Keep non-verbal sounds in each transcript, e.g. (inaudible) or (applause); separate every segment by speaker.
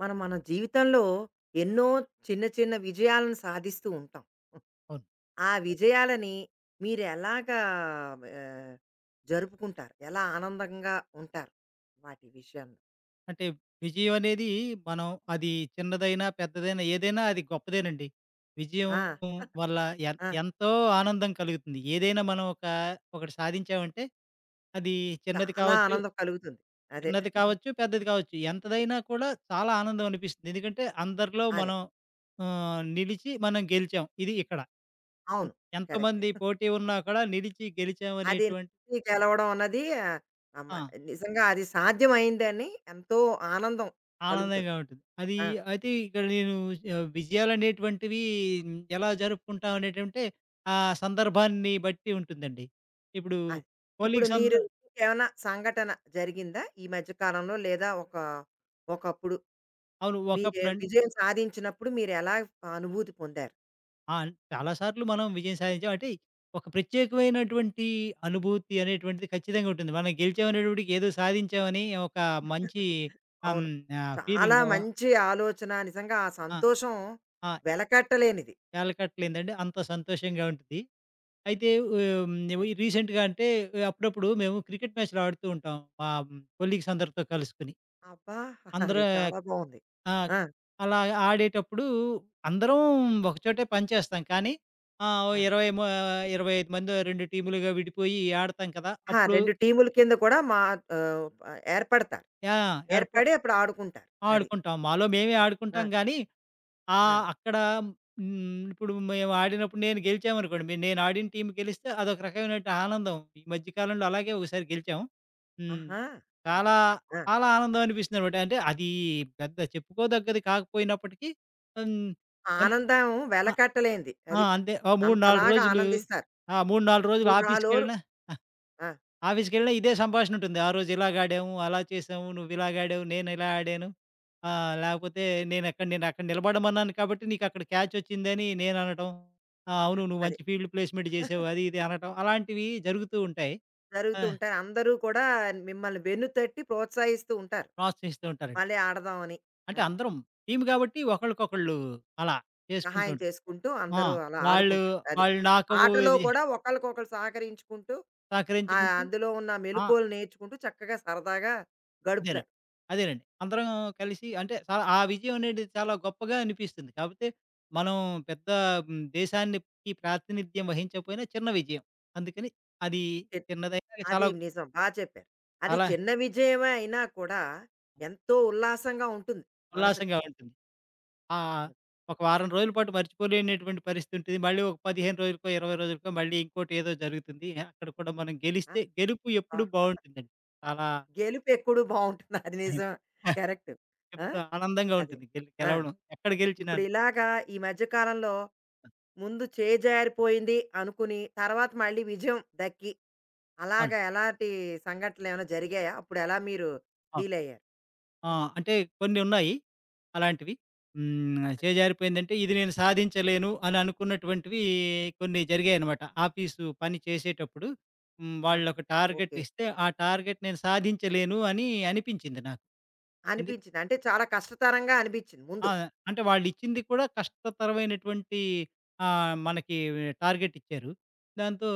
Speaker 1: మనం మన జీవితంలో ఎన్నో చిన్న చిన్న విజయాలను సాధిస్తూ ఉంటాం.
Speaker 2: అవును.
Speaker 1: ఆ విజయాలని మీరు ఎలాగా ఆహ్, జరుపుకుంటారు? ఎలా ఆనందంగా ఉంటారు? వాటి విషయంలో?
Speaker 2: అంటే విజయం అనేది మనం అది చిన్నదైనా, పెద్దదైనా ఏదైనా అది గొప్పదేనండి. విజయం
Speaker 1: ఆ!
Speaker 2: వల్ల
Speaker 1: ఆ!
Speaker 2: ఎంతో ఆనందం కలుగుతుంది. ఏదైనా మనం ఒకటి సాధించామంటే అది చిన్నది
Speaker 1: చాలా
Speaker 2: కావచ్చు,
Speaker 1: ఆనందం కలుగుతుంది. అదే.
Speaker 2: పెద్దది కావచ్చు. ఎంతదైనా కూడా చాలా ఆనందం అనిపిస్తుంది. ఎందుకంటే అందరిలో
Speaker 1: అదే.
Speaker 2: మనం నిలిచి మనం గెలిచాం. ఇది ఇక్కడ.
Speaker 1: అవును. కరెక్ట్.
Speaker 2: ఎంతోమంది పోటీ ఉన్నా కూడా నిలిచి
Speaker 1: అది
Speaker 2: గెలిచామనేటువంటి
Speaker 1: నెగ్గి గెలవడం అన్నది ఆహ్, మ
Speaker 2: ఆ!
Speaker 1: నిజంగా అది సాధ్యమైందని ఎంతో ఆనందం కలుగుతుంది.
Speaker 2: ఆనందంగా ఉంటుంది. అది
Speaker 1: ఆ!
Speaker 2: అయితే ఇక్కడ నేను విజయాలనేటువంటివి ఎలా జరుపుకుంటాం అనేటంటే, ఆ సందర్భాన్ని బట్టి ఉంటుందండి. ఇప్పుడు
Speaker 1: అది. ఇప్పుడు
Speaker 2: హోలీకి సంద.
Speaker 1: మీరు ఇంకేమైనా సంఘటన జరిగిందా ఈ మధ్య కాలంలో? లేదా ఒకప్పుడు
Speaker 2: అవును.
Speaker 1: మీరే
Speaker 2: ఒకప్పుడం.
Speaker 1: విజయం సాధించినప్పుడు మీరెలా అనుభూతి పొందారు?
Speaker 2: ఆ! చాలా సార్లు మనం విజయం సాధించాం. అంటే ఒక ప్రత్యేకమైనటువంటి అనుభూతి అనేటువంటిది ఖచ్చితంగా ఉంటుంది. మనం గెలిచామనేటప్పటికి ఏదో సాధించామని ఒక మంచి ఆహ్, హ్మ్,
Speaker 1: అవును. చాలా
Speaker 2: ఫీలింగ్.
Speaker 1: మంచి ఆలోచన. నిజంగా ఆ
Speaker 2: ఆ!
Speaker 1: సంతోషం
Speaker 2: ఆ!
Speaker 1: వెలకట్టలేనిది.
Speaker 2: వెలకట్టలేనిదండి. అంత సంతోషంగా ఉంటుంది. అయితే ఆహ్, హ్మ్.
Speaker 1: హ్మ్.
Speaker 2: రీసెంట్‌గా అంటే అప్పుడప్పుడు మేము క్రికెట్ మ్యాచ్‌లు ఆడుతూ ఉంటాం. మా కొలీగ్స్ అందరితో కలుసుకొని.
Speaker 1: అబ్బా!
Speaker 2: అందరూ
Speaker 1: అది చాలా బావుంది.
Speaker 2: ఆ!
Speaker 1: ఆ!
Speaker 2: అలా ఆడేటప్పుడు అందరం ఒకచోటే పనిచేస్తాం. కానీ ఓ
Speaker 1: ఆ!
Speaker 2: 20 మ 25 మందో 2 టీములుగా విడిపోయి ఆడతాం కదా!
Speaker 1: ఆ!
Speaker 2: అప్పుడు
Speaker 1: 2 టీముల కింద కూడా మా ఆహ్, ఏర్పడతారు.
Speaker 2: ఆ! ఏర్ప
Speaker 1: ఏర్పడి అప్పుడు ఆడుకుంటారు. అది.
Speaker 2: ఆడుకుంటాం. మాలో మేమే ఆడుకుంటాం
Speaker 1: ఆ!
Speaker 2: గానీ ఆ!
Speaker 1: ఆ!
Speaker 2: అక్కడ హ్మ్. ఇప్పుడు మేము ఆడినప్పుడు నేను గెలిచామనుకోండి. నేను ఆడిన టీమ్ గెలిస్తే అదొక రకమైనటువంటి ఆనందం. ఈ మధ్య కాలంలో అలాగే ఒకసారి గెలిచాం. హ్మ్.
Speaker 1: ఆహా! అది.
Speaker 2: చాలా,
Speaker 1: ఆ!
Speaker 2: చాలా ఆనందం అనిపిస్తుందనమాట. అంటే అది పెద్ద చెప్పుకోదగ్గది కాకపోయినప్పటికీ హ్మ్. ఎన్
Speaker 1: ఆనందం
Speaker 2: ఆ!
Speaker 1: వెలకట్టలేనిది.
Speaker 2: ఆ!
Speaker 1: అది.
Speaker 2: అంతే. ఓ 3, 4
Speaker 1: అంతలాగా
Speaker 2: రోజులు.
Speaker 1: ఆనందిస్తారు.
Speaker 2: ఆ! 3, 4 రోజులు
Speaker 1: 3 రాళ్లోరు
Speaker 2: ఆఫీస్‌కెళ్ళినా
Speaker 1: ఆ!
Speaker 2: ఆఫీస్‌కెళ్ళినా ఇదే సంభాషణ ఉంటుంది. ఆ రోజు ఇలాగాడాము, అలా చేసాము, నువ్విలాగాడావు, నేనిలా ఆడాను. లేకపోతే నేనక్కడ నేనక్కడ నిలబడమన్నాను కాబట్టి నీకక్కడ క్యాచొచ్చిందని నేననటం. ఆ! అవును. నువ్వు
Speaker 1: అది.
Speaker 2: మంచి ఫీల్డ్ ప్లేస్‌మెంట్ చేసావు. అది ఇది అనటం. అలాంటివి జరుగుతూ ఉంటాయి. ఆ!
Speaker 1: జరుగుతూ ఉంటాయి. అందరూ కూడా మిమ్మల్ని వెన్నుతట్టి ప్రోత్సహిస్తూ ఉంటారు.
Speaker 2: ప్రోత్సహిస్తూ ఉంటారండి.
Speaker 1: మళ్ళీ ఆడదాం అని.
Speaker 2: అంటే
Speaker 1: అది.
Speaker 2: అందరం టీమ్ కాబట్టి ఒకళ్ళకొకళ్ళు అలా చేసుకుంటూ
Speaker 1: సహాయం
Speaker 2: ఉంటాం.
Speaker 1: చేసుకుంటూ
Speaker 2: ఆ!
Speaker 1: అందరూ అలా
Speaker 2: వాళ్ళు,
Speaker 1: ఆడుకుంటారు. అది.
Speaker 2: వాళ్ళు నాకు
Speaker 1: ఆటలో
Speaker 2: ఇది
Speaker 1: కూడా ఒకళ్ళకొకళ్ళు సహకరించుకుంటూ
Speaker 2: సహకరించుకుంటూ
Speaker 1: అందులో ఉన్న
Speaker 2: ఆ!
Speaker 1: మెలుకువలు నేర్చుకుంటూ చక్కగా సరదాగా
Speaker 2: అదేనండి.
Speaker 1: గడుపుతారు.
Speaker 2: అదేనండి. అందరం కలిసి అంటే చాలా ఆ విజయం అనేది చాలా గొప్పగా అనిపిస్తుంది. కాపోతే మనం పెద్ద దేశానికి ప్రాతినిధ్యం వహించకపోయినా చిన్న విజయం. అందుకని అది
Speaker 1: ఎత్
Speaker 2: చిన్నదైనా చాలా
Speaker 1: అది నిజం. చెప్పారు. అది
Speaker 2: చాలా
Speaker 1: చిన్న విజయమే అయినా కూడా ఎంతో ఉల్లాసంగా ఉంటుంది మనసుకి.
Speaker 2: ఉల్లాసంగా ఉంటుంది. ఆ! ఒక వారం రోజుల పాటు మర్చిపోలేనటువంటి పరిస్థితి ఉంటుంది. మళ్ళీ ఒక 15 రోజులకో, 20 రోజులకో మళ్ళీ ఇంకోటి ఏదో జరుగుతుంది. అక్కడ కూడా మనం
Speaker 1: ఆ!
Speaker 2: గెలిస్తే గెలుపు
Speaker 1: ఆ!
Speaker 2: ఎప్పుడు బావుంటుందండి. చాలా
Speaker 1: గెలుపెక్కుడు బావుంటుంది. అది నిజం.
Speaker 2: (laughs)
Speaker 1: కరెక్ట్. ఆ!
Speaker 2: ఎప్పుడు ఆనందంగా
Speaker 1: అదే.
Speaker 2: ఉంటుంది.
Speaker 1: ఆ!
Speaker 2: గెలవడం ఎక్కడ గెలిచినాను.
Speaker 1: ఇప్పుడిలాగా ఈ మధ్య కాలంలో ముందు చేజారిపోయింది అనుకుని, తర్వాత మళ్ళీ విజయం దక్కి,
Speaker 2: అవును.
Speaker 1: అలాగా ఎలాంటి సంఘటనలేమైనా జరిగాయా? అప్పుడెలా మీరు
Speaker 2: ఆ!
Speaker 1: ఫీలయ్యారు?
Speaker 2: ఆ! అంటే కొన్ని ఉన్నాయి అలాంటివి. హ్మ్.
Speaker 1: అది.
Speaker 2: చేజారిపోయిందంటే ఇది నేను సాధించలేను అని అనుకున్నటువంటివి కొన్ని జరిగాయనమాట. ఆఫీసు పని చేసేటప్పుడు హ్మ్.
Speaker 1: ఆహా!
Speaker 2: వాళ్ళొక టార్గెట్
Speaker 1: ఓకే.
Speaker 2: ఇస్తే, ఆ టార్గెట్ నేను సాధించలేను అని అనిపించింది నాకు. ఎందు
Speaker 1: అనిపించింది. అంటే చాలా కష్టతరంగా అనిపించింది
Speaker 2: ఆ!
Speaker 1: ముందు.
Speaker 2: అంటే వాళ్ళిచ్చింది కూడా కష్టతరమైనటువంటి మనకి టార్గెట్ ఇచ్చారు. దాంతో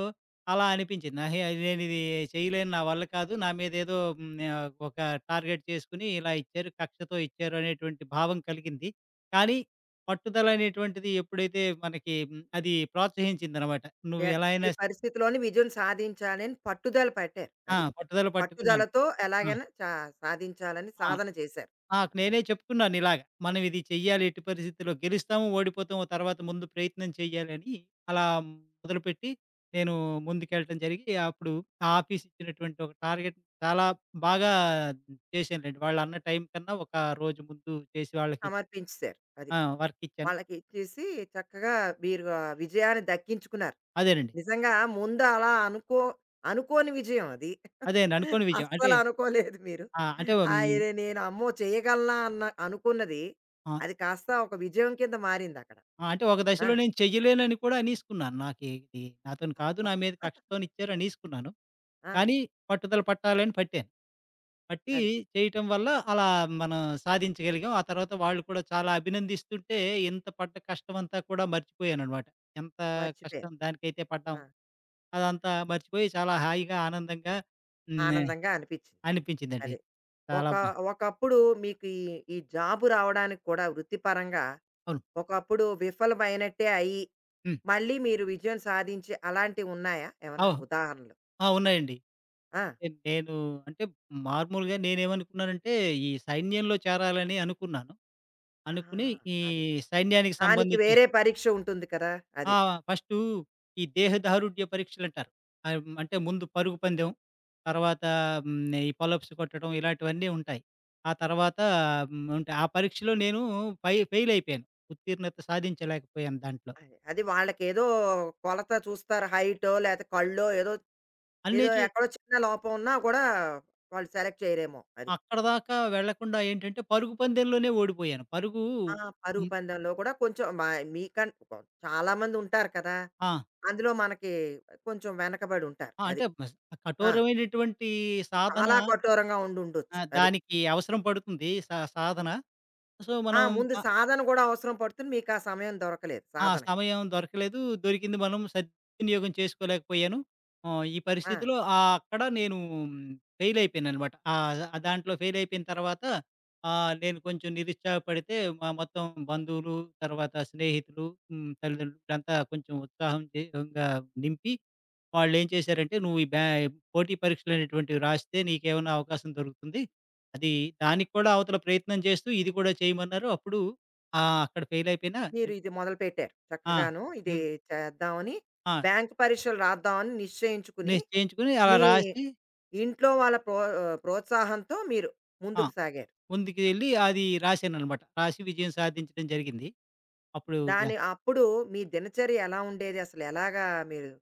Speaker 2: అలా అనిపించింది. అహే! నేనిది చేయలేను. నా వల్ల కాదు. నా మీదేదో ఒక టార్గెట్ చేసుకొని ఇలా ఇచ్చారు. కక్షతో ఇచ్చారు అనేటువంటి భావం కలిగింది. కానీ పట్టుదలనేటువంటిది ఎప్పుడైతే మనకి అది ప్రోత్సహించిందనమాట. నువ్వు ఎలా
Speaker 1: ఎట్టి
Speaker 2: అయినా స్
Speaker 1: పరిస్థితిలోని విజయం సాధించాలని పట్టుదల పట్టారు.
Speaker 2: ఆ!
Speaker 1: అది.
Speaker 2: పట్టుదల పట్టుకున్నాను.
Speaker 1: పట్టుదలతో
Speaker 2: ఆ!
Speaker 1: ఎలాగైనా సాధించాలని
Speaker 2: ఆ!
Speaker 1: సాధన చేశారు అక్కడ.
Speaker 2: నాకు నేనే చెప్పుకున్నాను ఇలాగ. మనం ఇది చెయ్యాలి ఎట్టి పరిస్థితిలో గెలుస్తాము, ఓడిపోతాము తర్వాత ముందు ప్రయత్నం చెయ్యాలి అని అలా మొదలుపెట్టి నేను ముందుకెళ్ళటం జరిగి అప్పుడు ఆ ఆఫీస్ ఇచ్చినటువంటి ఒక టార్గెట్ చాలా బాగా చేశానులెండి. వాళ్ళన్న టైం కన్నా ఒక రోజు ముందు చేసి వాళ్ళకి
Speaker 1: సమర్పించేశారు. అది.
Speaker 2: ఆ! వర్క్ ఇచ్చాను.
Speaker 1: వాళ్ళకి ఇచ్చేసి చక్కగా మీరు ఆ విజయాన్ని దక్కించుకున్నారు.
Speaker 2: అదేనండి.
Speaker 1: నిజంగా ముందు అలా అనుకోని విజయం అది. (laughs)
Speaker 2: అదే అనుకోని విజయం. అంటే
Speaker 1: అస్సలు అనుకోలేదు మీరు.
Speaker 2: ఆహ్, అంటే హ్మ్,
Speaker 1: ఆ! ఇది నేను అమ్మో! చేయగలనా అన్న అనుకున్నది
Speaker 2: ఆహ్,
Speaker 1: అది కాస్త ఒక విజయం కింద మారిందక్కడ.
Speaker 2: అంటే ఒక
Speaker 1: ఆ!
Speaker 2: దశలో నేను చెయ్యలేనని కూడా అనేసుకున్నాను. నాకు ఇది నాతోని కాదు,
Speaker 1: అబ్బా!
Speaker 2: నా మీద కక్షతోనిచ్చారు అనేసుకున్నాను.
Speaker 1: ఆ!
Speaker 2: కానీ పట్టుదల పట్టాలని పట్టాను. పట్టి
Speaker 1: అది
Speaker 2: చేయటం వల్ల అలా మనం సాధించగలిగాం. ఆ తర్వాత వాళ్ళు కూడా చాలా అభినందిస్తుంటే, ఇంత పడ్డ కష్టమంతా కూడా మర్చిపోయాననమాట. ఎంత
Speaker 1: మర్చిపోయారు.
Speaker 2: కష్టం దానికైతే పడ్డాం.
Speaker 1: ఆ!
Speaker 2: అదంతా మర్చిపోయి చాలా హాయిగా, ఆనందంగా హ్మ్.
Speaker 1: ఆనందంగా అనిపించింది.
Speaker 2: అనిపించిందండి.
Speaker 1: అది.
Speaker 2: చాలా
Speaker 1: ఒక
Speaker 2: బా.
Speaker 1: ఒకప్పుడు మీకు ఈ జాబ్ రావడానికి కూడా వృత్తిపరంగా
Speaker 2: అవును.
Speaker 1: ఒకప్పుడు విఫలమైనట్టే అయ్యి
Speaker 2: హ్మ్.
Speaker 1: మళ్ళీ మీరు విజయం సాధించి అలాంటివి ఉన్నాయా ఏమన్నా
Speaker 2: అవ్
Speaker 1: ఉదాహరణలు?
Speaker 2: ఆ! ఉన్నాయండి.
Speaker 1: ఆ!
Speaker 2: నేను అంటే మామూలుగా నేనేమనుకున్నానంటే, ఈ సైన్యంలో చేరాలని అనుకున్నాను. అనుకుని
Speaker 1: ఆహాహా!
Speaker 2: ఈ
Speaker 1: అది.
Speaker 2: సైన్యానికి
Speaker 1: దానికి
Speaker 2: సంబంధించి
Speaker 1: వేరే పరీక్ష ఉంటుంది కదా! అది.
Speaker 2: ఆ! ఫస్టు ఈ దేహదారుఢ్య పరీక్షలంటారు. అంటే ముందు పరుగు పందెం, తర్వాత ఈ పొలప్స్ కొట్టడం ఇలాంటివన్నీ ఉంటాయి. ఆ తర్వాత ఉంటాయి. ఆ పరీక్షలో నేను ఫెయిలయిపోయాను. ఉత్తీర్ణత సాధించలేకపోయాను దాంట్లో.
Speaker 1: అది. అది వాళ్ళకేదో కొలత చూస్తారు హైటో లేతే కళ్ళో ఏదో,
Speaker 2: అన్నీ
Speaker 1: ఏదో
Speaker 2: చూ
Speaker 1: ఎక్కడో చిన్న లోపం ఉన్నా కూడా వాళ్ళు సెలెక్ట్ చేయరేమో అది.
Speaker 2: అక్కడిదాకా వెళ్ళకుండా ఏంటంటే పరుగు పందెంలోనే ఓడిపోయాను. పరుగు
Speaker 1: ఆ! పరుగు
Speaker 2: హ్మ్.
Speaker 1: పందెంలో కూడా కొంచెం మ మీకన్ చాలామంది ఉంటారు కదా!
Speaker 2: ఆ!
Speaker 1: అందులో మనకి కొంచెం వెనకబడి ఉంటారు.
Speaker 2: ఆ!
Speaker 1: అది.
Speaker 2: అంటే
Speaker 1: ఆ!
Speaker 2: కఠోరమైనటువంటి సాధన
Speaker 1: చాలా కఠోరంగా ఉండుండొచ్చు. అది.
Speaker 2: దానికి అవసరం పడుతుంది సాధన. సో,
Speaker 1: ఆ!
Speaker 2: మనం
Speaker 1: ముందు
Speaker 2: ఆ
Speaker 1: సాధన కూడా అవసరం పడుతుంది. మీకా సమయం దొరకలేదు
Speaker 2: ఆ!
Speaker 1: సాధనకి.
Speaker 2: సమయం దొరకలేదు. దొరికింది మనం సద్వినియోగం చేసుకోలేకపోయాను. ఈ
Speaker 1: ఆ!
Speaker 2: పరిస్థితిలో అక్కడ నేను ఫెయిల్ అయిపోయాననమాట. దాంట్లో ఫెయిల్ అయిపోయిన తర్వాత నేను కొంచెం నిరుత్సాహపడితే మా మొత్తం బంధువులు, తర్వాత స్నేహితులు, తల్లిదండ్రులు వీళ్ళంతా కొంచెం ఉత్సాహం ఇంగా నింపి వాళ్ళేం చేశారంటే, "నువ్వు ఈ బ్యా పోటీ పరీక్షలు అనేటువంటివి రాస్తే నీకేమన్నా అవకాశం దొరుకుతుంది. అది దానికి కూడా అవతల ప్రయత్నం చేస్తూ ఇది కూడా చేయమన్నారు." అప్పుడు అక్కడ ఫెయిల్ అయిపోయినా
Speaker 1: మీరు ఇది మొదలుపెట్టారు.
Speaker 2: ఆ!
Speaker 1: చక్కగాను ఇది
Speaker 2: హ్మ్.
Speaker 1: చేద్దామని,
Speaker 2: ఆ!
Speaker 1: బ్యాంక్ పరీక్షలు రాద్దామని నిశ్చయించుకుని,
Speaker 2: నేను చేయించుకొని అలా
Speaker 1: మీ
Speaker 2: రాసి
Speaker 1: ఇంట్లో వాళ్ళ ప్రోత్సాహంతో మీరు
Speaker 2: ఆ!
Speaker 1: ముందుకు సాగారు.
Speaker 2: ముందుకెళ్ళి అది రాశాననమాట. రాసి విజయం సాధించడం జరిగింది. అప్పుడు
Speaker 1: దాని
Speaker 2: యాహ్!
Speaker 1: అప్పుడు మీ దినచర్య ఎలా ఉండేది? అసలు ఎలాగా మీరు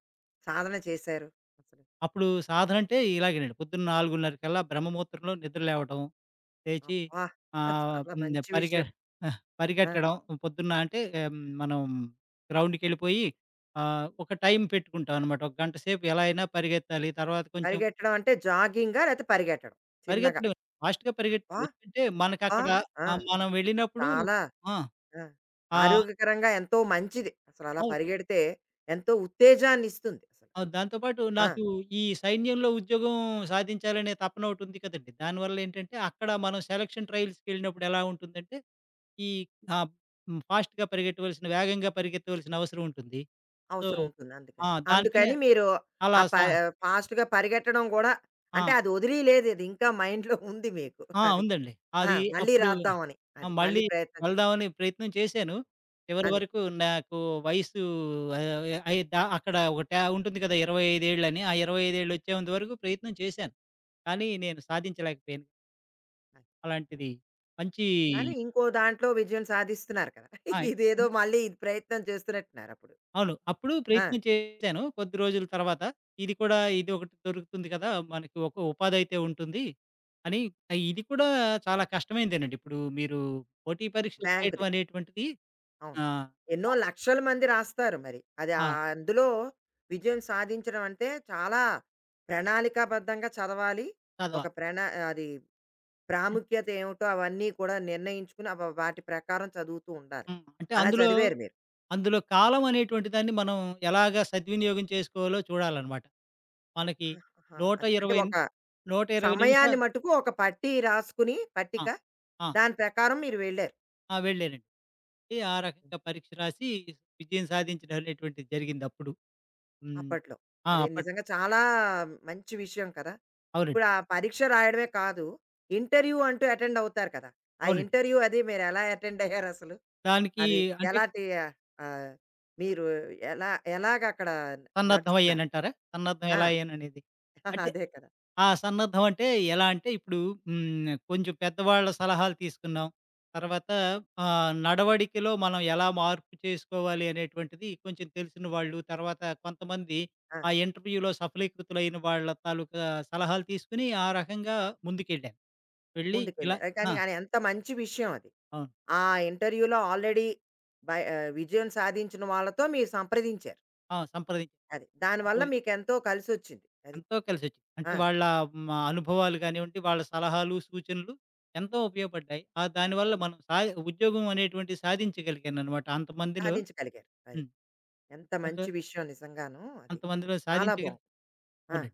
Speaker 1: సాధన చేశారు అసలు?
Speaker 2: అప్పుడు సాధనంటే ఇలాగేనండి. పొద్దున్న 4:30 కల్లా బ్రహ్మముహూర్తంలో నిద్ర లేవటం, లేచి
Speaker 1: అబ్బా!
Speaker 2: ఆహ్,
Speaker 1: చాలా
Speaker 2: హ్మ్.
Speaker 1: మంచి విషయం. ఆ!
Speaker 2: పరిగెట్టడం. పొద్దున్న అంటే మనం గ్రౌండ్‌కెళ్ళిపోయి ఒక టైం పెట్టుకుంటాం అనమాట. ఒక గంట సేపు ఎలా అయినా పరిగెత్తాలి. తర్వాత కొంచెం
Speaker 1: పరిగెట్టడం అంటే జాగింగా? లేతే పరిగెట్టడం చిన్నగా?
Speaker 2: పరిగెత్తడమే ఫాస్ట్‌గా
Speaker 1: అబ్బా!
Speaker 2: పరిగెట్టాలి. ఎందుకంటే
Speaker 1: అబ్బా!
Speaker 2: మనకక్కడ
Speaker 1: ఆ!
Speaker 2: మనం వెళ్ళినప్పుడు
Speaker 1: చాలా
Speaker 2: ఆ!
Speaker 1: ఆ!
Speaker 2: ఆ
Speaker 1: ఆరోగ్యకరంగా ఎంతో మంచిది. అసలు అలా
Speaker 2: అవును.
Speaker 1: పరిగెడితే ఎంతో ఉత్తేజాన్ని ఇస్తుంది అసలు.
Speaker 2: అవును. దాంతో పాటు
Speaker 1: ఆ!
Speaker 2: నాకు ఈ సైన్యంలో ఉద్యోగం సాధించాలనే తపన ఒకటుంది కదండీ. దానివల్ల ఏంటంటే, అక్కడ మనం సెలక్షన్ ట్రయల్స్‌కెళ్ళినప్పుడు ఎలా ఉంటుందంటే, ఈ ఆహ్, హ్మ్. ఫాస్ట్‌గా వేగంగా పరిగెత్తవలసిన అవసరం ఉంటుంది. సో,
Speaker 1: అవసరం ఉంటుంది
Speaker 2: ఆ!
Speaker 1: అందుకని.
Speaker 2: దానికనే
Speaker 1: అందుకని మీరు
Speaker 2: అలా
Speaker 1: ఆ
Speaker 2: సా
Speaker 1: ఫాస్ట్‌గా పరిగెట్టడం గూడా
Speaker 2: ఆ!
Speaker 1: అంటే అది వదిలీయలేదు. ఇది ఇంకా మైండ్‌లో ఉంది మీకు.
Speaker 2: ఆ!
Speaker 1: అది.
Speaker 2: ఉందండి.
Speaker 1: ఆ!
Speaker 2: అది
Speaker 1: మళ్ళీ
Speaker 2: అప్పుడు
Speaker 1: రాద్దామని.
Speaker 2: ఆ!
Speaker 1: అది. మళ్ళీ
Speaker 2: మళ్ళీ
Speaker 1: ప్రయత్నం
Speaker 2: వెళ్దామని ప్రయత్నం చేశాను. చివరి
Speaker 1: అది.
Speaker 2: వరకు నాకు వయసు అయి దా అక్కడ ఒక ట్యా ఉంటుంది కదా! 25 ఏళ్ళని. ఆ 25 ఏళ్ళు వచ్చేంత వరకు ప్రయత్నం చేశాను. కానీ నేను సాధించలేకపోయాను.
Speaker 1: అది. హ్మ్.
Speaker 2: అలాంటిది మంచి
Speaker 1: కానీ ఇంకో దాంట్లో విజయం సాధిస్తున్నారు కదా! (laughs)
Speaker 2: ఆ!
Speaker 1: ఇదేదో మళ్ళీ ఇది ప్రయత్నం చేస్తున్నట్టున్నారు అప్పుడు.
Speaker 2: అవును. అప్పుడు
Speaker 1: ఆ!
Speaker 2: ప్రయత్నం చేశాను. కొద్ది రోజుల తర్వాత ఇది ఒకటి దొరుకుతుంది కదా! మనకి ఒక ఉపాధైతే ఉంటుంది అని ఇది కూడా చాలా కష్టమైందేనండి. ఇప్పుడు మీరు పోటీ పరీక్షలు
Speaker 1: బ్యాంక్‌ది.
Speaker 2: రాయటం అనేటువంటిది
Speaker 1: అవును.
Speaker 2: ఆ!
Speaker 1: ఎన్నో లక్షల మంది రాస్తారు మరి. అది
Speaker 2: ఆ!
Speaker 1: అందులో విజయం సాధించడం అంటే చాలా ప్రణాళికాబద్ధంగా చదవాలి. ఒక
Speaker 2: చదవాలి.
Speaker 1: ప్రణా అది
Speaker 2: అన్
Speaker 1: ప్రాముఖ్యత ఏమిటో అవన్నీ కూడా నిర్ణయించుకుని అవ వాటి ప్రకారం చదువుతూ ఉండాలి.
Speaker 2: హ్మ్. అంటే
Speaker 1: అలా చదివారు మీరు.
Speaker 2: అందులో కాలం అనేటువంటి దాన్ని మనం ఎలాగా సద్వినియోగం చేసుకోవాలో చూడాలనమాట. మనకి
Speaker 1: ఆహాహా! అది అంటే
Speaker 2: 120
Speaker 1: ఒక
Speaker 2: 120
Speaker 1: సమయాన్ని
Speaker 2: నిమిషాలు
Speaker 1: మటుకు ఒక పట్టీ రాసుకుని
Speaker 2: ఆ!
Speaker 1: పట్టిక
Speaker 2: ఆ!
Speaker 1: దాని ప్రకారం మీరు వెళ్లారు.
Speaker 2: ఆ! వెళ్ళానండి. ఏ ఆ రకంగా పరీక్ష రాసి విజయం సాధించడం అనేటువంటిది జరిగిందప్పుడు. హ్మ్.
Speaker 1: అప్పట్లో.
Speaker 2: ఆ!
Speaker 1: అది
Speaker 2: అప్పట్.
Speaker 1: నిజంగా చాలా మంచి విషయం కదా! ఇప్పుడు
Speaker 2: అవునండి.
Speaker 1: ఆ పరీక్ష రాయడమే కాదు, ఇంటర్వ్యూ అంటూ అటెండ్ అవుతారు కదా! ఆ
Speaker 2: అవునండి.
Speaker 1: ఇంటర్వ్యూ అది మీరెలా అటెండ్ అయ్యారసలు?
Speaker 2: దానికి
Speaker 1: అది
Speaker 2: అంటే
Speaker 1: ఎలాంటి ఆహ్, మీరు ఎలా ఎలాగక్కడ నడుచుకున్నారు?
Speaker 2: సన్నద్ధమయ్యానంటారా? సన్నద్ధం
Speaker 1: ఆ!
Speaker 2: ఎలా అయ్యాననేది. అంటే
Speaker 1: (laughs) అదే కదా!
Speaker 2: ఆ! సన్నద్ధం అంటే ఎలా అంటే ఇప్పుడు హ్మ్. కొంచెం పెద్దవాళ్ళ సలహాలు తీసుకున్నాం. తర్వాత నడవడికలో మనం ఎలా మార్పు చేసుకోవాలి అనేటువంటిది కొంచెం తెలిసిన వాళ్ళు, తర్వాత కొంతమంది
Speaker 1: ఆ!
Speaker 2: ఆ ఇంటర్వ్యూలో సఫలీకృతులైన వాళ్ళ తాలూకా సలహాలు తీసుకొని ఆ రకంగా ముందుకెళ్ళాను. వెళ్ళి ఇలా
Speaker 1: ముందుకెళ్ళారు.
Speaker 2: ఆ!
Speaker 1: కానీ ఎంత మంచి విషయం అది.
Speaker 2: అవును.
Speaker 1: ఆ ఇంటర్వ్యూలో ఆల్రెడీ విజయం సాధించిన వాళ్ళతో మీరు సంప్రదించారు.
Speaker 2: ఆ! సంప్రదించాను.
Speaker 1: అది. దానివల్ల
Speaker 2: సంప్రది
Speaker 1: మీకెంతో కలిసొచ్చింది. అది.
Speaker 2: ఎంతో కలిసొచ్చింది.
Speaker 1: ఆ!
Speaker 2: అంటే వాళ్ళ మా అనుభవాలు కానివ్వండి, వాళ్ళ సలహాలు, సూచనలు ఎంతో ఉపయోగపడ్డాయి. ఆ దానివల్ల మనం సా ఉద్యోగం అనేటువంటిది సాధించగలిగాననమాట. అంతమందిలో
Speaker 1: సాధించగలిగారు. అది.
Speaker 2: హ్మ్.
Speaker 1: ఎంత
Speaker 2: అంతమందిలో
Speaker 1: మంచి విషయం నిజంగాను అది.
Speaker 2: అంతమందిలో
Speaker 1: చాలా
Speaker 2: సాధించగలి
Speaker 1: బావుంది. ఆ!
Speaker 2: అవునండి.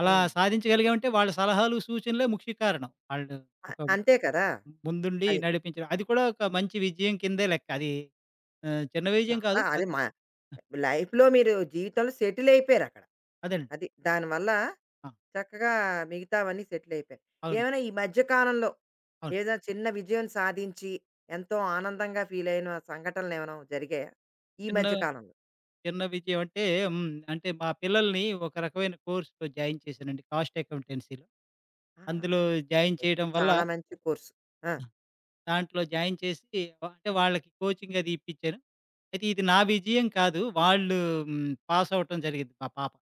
Speaker 2: అలా
Speaker 1: హ్మ్.
Speaker 2: సాధించగలిగామంటే వాళ్ళ సలహాలు, సూచనలే ముఖ్య కారణం. వాళ్ళు
Speaker 1: అ
Speaker 2: ఒక
Speaker 1: అంతే కదా!
Speaker 2: ముందుండి
Speaker 1: అది.
Speaker 2: నడిపించడం. అది కూడా ఒక మంచి విజయం కిందే లెక్క. అది చిన్న విజయం
Speaker 1: చాలా
Speaker 2: కాదు.
Speaker 1: అది
Speaker 2: అద్
Speaker 1: మా లైఫ్‌లో మీరు జీవితంలో సెటిల్ అయిపోయారక్కడ.
Speaker 2: అదండి.
Speaker 1: అది. దానివల్ల
Speaker 2: ఆ!
Speaker 1: చక్కగా మిగతావన్నీ సెటిల్ అయిపోయాయి.
Speaker 2: అవును.
Speaker 1: ఏమైనా ఈ మధ్య కాలంలో
Speaker 2: అవును.
Speaker 1: ఏదో చిన్న విజయం సాధించి ఎంతో ఆనందంగా ఫీల్ అయిన సంఘటనలేమైనా జరిగాయా? ఈ
Speaker 2: చిన్న
Speaker 1: మధ్య కాలంలో?
Speaker 2: చిన్న విజయం అంటే హ్మ్. అంటే మా పిల్లల్ని ఒక రకమైన కోర్స్‌లో జాయిన్ చేశానండి. కాస్ట్ అకౌంటెన్సీలో. అందులో
Speaker 1: ఆహాహా!
Speaker 2: జాయిన్
Speaker 1: అదే
Speaker 2: చేయడం వల్ల
Speaker 1: చాలా మంచి కోర్సు. ఆ!
Speaker 2: దాంట్లో జాయిన్ చేసి అంటే వాళ్ళకి కోచింగ్ అది ఇప్పించాను. అయితే ఇది నా విజయం కాదు. వాళ్ళు హ్మ్. పాస్ అవ్వటం జరిగింది మా పాప.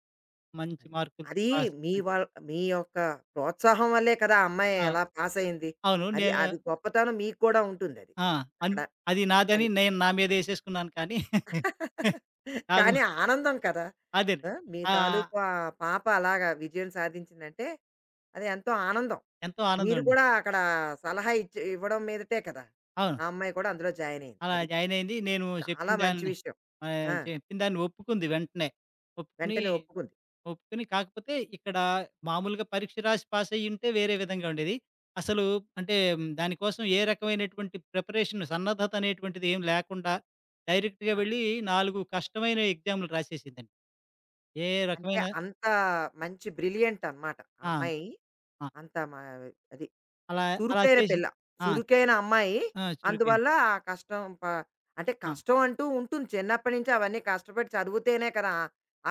Speaker 2: మంచి
Speaker 1: అది.
Speaker 2: మార్కులతో
Speaker 1: అది
Speaker 2: పాస్.
Speaker 1: మీ యొక్క ప్రోత్సాహం వల్లే కదా! ఆ అమ్మాయి
Speaker 2: ఆ!
Speaker 1: ఎలా పాస్ అయింది.
Speaker 2: అవును.
Speaker 1: అది
Speaker 2: నేను
Speaker 1: అది గొప్పతనం మీకు కూడా ఉంటుందది.
Speaker 2: ఆ! అన్
Speaker 1: అక్కడ
Speaker 2: అది నాదని
Speaker 1: అది.
Speaker 2: నేను నా మీద ఏసేసుకున్నాను కానీ
Speaker 1: (laughs)
Speaker 2: (laughs) నాకు
Speaker 1: కానీ ఆనందం కదా!
Speaker 2: అదేనండి.
Speaker 1: ఆ! మీ
Speaker 2: ఆ!
Speaker 1: తాలూకు ఆ పాప అలాగా విజయం సాధించిందంటే అది ఎంతో ఆనందం.
Speaker 2: ఎంతో ఆనందం
Speaker 1: మీరు
Speaker 2: అండి.
Speaker 1: కూడా అక్కడ సలహా ఇచ్చి ఇవ్వడం మీదటే కదా!
Speaker 2: అవును.
Speaker 1: ఆ అమ్మాయి కూడా అందులో జాయిన్ అయింది.
Speaker 2: అలా
Speaker 1: అది.
Speaker 2: జాయిన్ అయింది. నేను
Speaker 1: చాలా
Speaker 2: చెప్పిన
Speaker 1: మంచి
Speaker 2: దాన్ని
Speaker 1: విషయం. ఆ!
Speaker 2: చెప్పిన దాన్ని ఒప్పుకుంది వెంటనే. ఒప్పుకుని,
Speaker 1: వెంటనే ఒప్పుకుంది.
Speaker 2: ఒప్పుకుని కాకపోతే ఇక్కడ మామూలుగా పరీక్ష రాసి పాస్ అయ్యుంటే వేరే విధంగా ఉండేది. అసలు అంటే దానికోసం ఏ రకమైనటువంటి ప్రిపరేషన్ సన్నద్ధత అనేటువంటిది ఏం లేకుండా డైరెక్ట్‌గా
Speaker 1: ఆ!
Speaker 2: వెళ్ళి 4 కష్టమైన ఎగ్జామ్‌లు రాసేసిందండి. ఏ
Speaker 1: అంటే
Speaker 2: రకమైన
Speaker 1: అంత మంచి బ్రిలియంట్ అనమాట. ఆ
Speaker 2: ఆ!
Speaker 1: అమ్మాయి
Speaker 2: ఆ!
Speaker 1: అంత మ అది.
Speaker 2: అలా అలా
Speaker 1: చురుకైన
Speaker 2: చేసి
Speaker 1: పిల్ల.
Speaker 2: ఆ!
Speaker 1: చురుకైన అమ్మాయి.
Speaker 2: ఆ! చురుకైంది.
Speaker 1: అందువల్ల ఆ కష్టం అంటే
Speaker 2: ఆ!
Speaker 1: కష్టం అంటూ ఉంటుంది. చిన్నప్పటి నుంచి అవన్నీ కష్టపడి చదివితేనే కదా!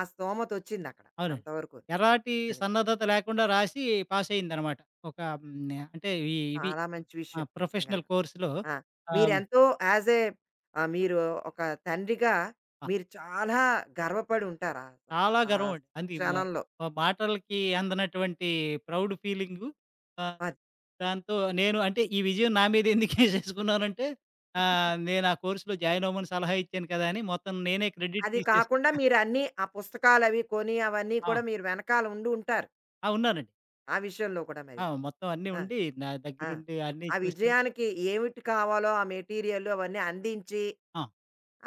Speaker 1: ఆ స్థోమతొచ్చిందక్కడ.
Speaker 2: అవునండి.
Speaker 1: అంతవరకు.
Speaker 2: ఎలాంటి
Speaker 1: అది.
Speaker 2: సన్నద్ధత లేకుండా రాసి పాసయిందనమాట. ఒక హ్మ్. అంటే ఇవి
Speaker 1: చాలా మంచి
Speaker 2: ఆ!
Speaker 1: విషయం.
Speaker 2: ప్రొఫెషనల్
Speaker 1: నిజంగాను.
Speaker 2: కోర్స్‌లో
Speaker 1: ఆ!
Speaker 2: ఆహ్,
Speaker 1: మీరెంతో యాజ్ ఎ ఆహ్, మీరు ఒక తండ్రిగా
Speaker 2: ఆహ్,
Speaker 1: మీరు చాలా గర్వపడి ఉంటారు. ఆ
Speaker 2: చాలా
Speaker 1: ఆ
Speaker 2: గర్వమండి. అంది మా
Speaker 1: క్షణంలో.
Speaker 2: మా మాటలకి అందనటువంటి ప్రౌడ్ ఫీలింగు. ఆహ్,
Speaker 1: అది.
Speaker 2: దాంతో నేను అంటే ఈ విజయం నా మీద ఎందుకు ఏసేసుకున్నానంటే నేను ఆ కోర్స్‌లో జాయిన్ అవ్వమని సలహా ఇచ్చాను కదా! అని మొత్తం నేనే క్రెడిట్
Speaker 1: అది
Speaker 2: తీసేస్.
Speaker 1: కాకుండా మీరన్నీ ఆ పుస్తకాలవి కొని అవన్నీ
Speaker 2: ఆ!
Speaker 1: కూడా మీరు వెనకాల ఉండి ఉంటారు.
Speaker 2: ఆ! ఉన్నానండి.
Speaker 1: ఆ విషయంలో కూడా మరి.
Speaker 2: ఆ! మొత్తం అన్నీ
Speaker 1: ఆ!
Speaker 2: ఉండి నా
Speaker 1: ఆ!
Speaker 2: దగ్గరుండి అన్నీ
Speaker 1: ఆ
Speaker 2: చూసాను.
Speaker 1: విజయానికి ఏమిటి కావాలో ఆ మెటీరియల్లు అవన్నీ అందించి,
Speaker 2: ఆ!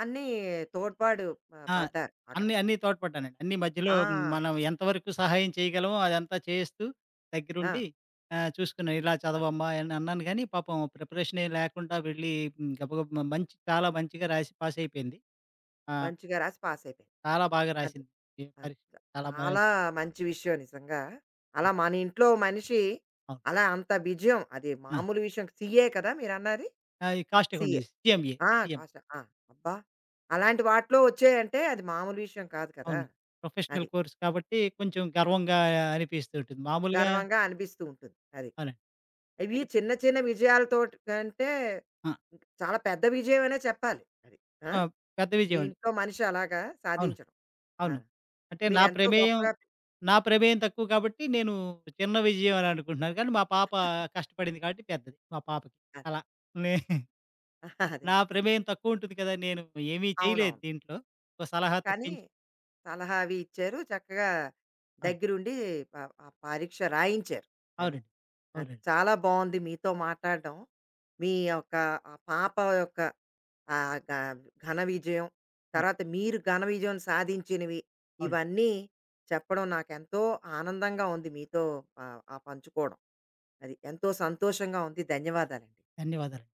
Speaker 1: అన్నీ తోడ్పాటు
Speaker 2: ఆ!
Speaker 1: పడ్డారు అక్కడ.
Speaker 2: అన్నీ తోడ్పడ్డానండి. అన్నీ మధ్యలో
Speaker 1: ఆ!
Speaker 2: మనం ఎంతవరకు సహాయం చేయగలమో అదంతా చేస్తూ
Speaker 1: ఆ!
Speaker 2: దగ్గరుండి చూసుకున్నాను. ఇలా చదవమ్మా అని అన్నాను గానీ, పాపం ప్రిపరేషన్ ఏం లేకుండా వెళ్ళి గబగబా చాలా మంచిగా రాసి పాస్ అయిపోయింది. ఆ!
Speaker 1: మంచిగా రాసి పాస్ అయిపోయారు.
Speaker 2: చాలా బాగా
Speaker 1: అది.
Speaker 2: రాసింది. ఏ
Speaker 1: ఆ!
Speaker 2: పరీక్ష
Speaker 1: చ
Speaker 2: చాలా బాగా
Speaker 1: చాలా
Speaker 2: రాసింది.
Speaker 1: మంచి విషయం నిజంగా. అలా మన ఇంట్లో మనిషి
Speaker 2: అవును.
Speaker 1: అలా అంత విజయం అది
Speaker 2: ఆ!
Speaker 1: మామూలు విషయం సీఏ కదా మీరన్నది?
Speaker 2: ఆ! ఈ కాస్ట్ అకౌంట్
Speaker 1: సీఏ.
Speaker 2: సీఎంఏ.
Speaker 1: ఆ!
Speaker 2: సీఎం.
Speaker 1: కాస్ట్ ఆ! అబ్బా! అలాంటి వాటిలో వచ్చాయంటే అది మామూలు విషయం కాదు కదా!
Speaker 2: అవును. ప్రొఫెషనల్
Speaker 1: అది.
Speaker 2: కోర్స్ కాబట్టి కొంచెం గర్వంగా అనిపిస్తూ ఉంటుంది. మామూలుగా
Speaker 1: గర్వంగా అనిపిస్తూ ఉంటుంది. అది.
Speaker 2: అవునండి.
Speaker 1: ఇవి
Speaker 2: తగిత్
Speaker 1: చిన్న చిన్న విజయాలతోటి కంటే
Speaker 2: ఆ!
Speaker 1: చాలా పెద్ద విజయమనే చెప్పాలి. అది. ఆ!
Speaker 2: ఆ! పెద్ద
Speaker 1: మీ
Speaker 2: విజయం అండి.
Speaker 1: ఇంట్లో మనిషి అలాగా
Speaker 2: అవును.
Speaker 1: సాధించడం. ఆ!
Speaker 2: అవును. అంటే
Speaker 1: మీరెంతో గొప్పగా అదే.
Speaker 2: నా ప్రమేయం తక్కువ కాబట్టి నేను చిన్న విజయం అని అనుకుంటున్నాను. కానీ మా పాప కష్టపడింది కాబట్టి పెద్దది మా పాపకి. అలా.
Speaker 1: (laughs)
Speaker 2: నే (laughs)
Speaker 1: అదే. అదే.
Speaker 2: నా ప్రమేయం తక్కువుంటుంది కదా! నేను ఏమీ చేయలేదు
Speaker 1: అవునవును.
Speaker 2: దీంట్లో. ఒక సలహా
Speaker 1: కానీ
Speaker 2: తప్పించి
Speaker 1: సలహా అవి ఇచ్చారు. చక్కగా
Speaker 2: అవును.
Speaker 1: దగ్గరుండి ప ఆ పరీక్ష రాయించారు. అది.
Speaker 2: అవునండి.
Speaker 1: అది.
Speaker 2: అవునండి.
Speaker 1: చాలా బాగుంది మీతో మాట్లాడడం. మీ యొక్క ఆ పాప యొక్క ఆహ్, ఘ ఘన విజయం,
Speaker 2: హ్మ్.
Speaker 1: తర్వాత మీరు ఘన విజయం సాధించినవి,
Speaker 2: అవును.
Speaker 1: ఇవన్నీ చెప్పడం నాకెంతో ఆనందంగా ఉంది మీతో ఆ పంచుకోవడం. అది ఎంతో సంతోషంగా ఉంది. ధన్యవాదాలండి.
Speaker 2: ధన్యవాదాలు.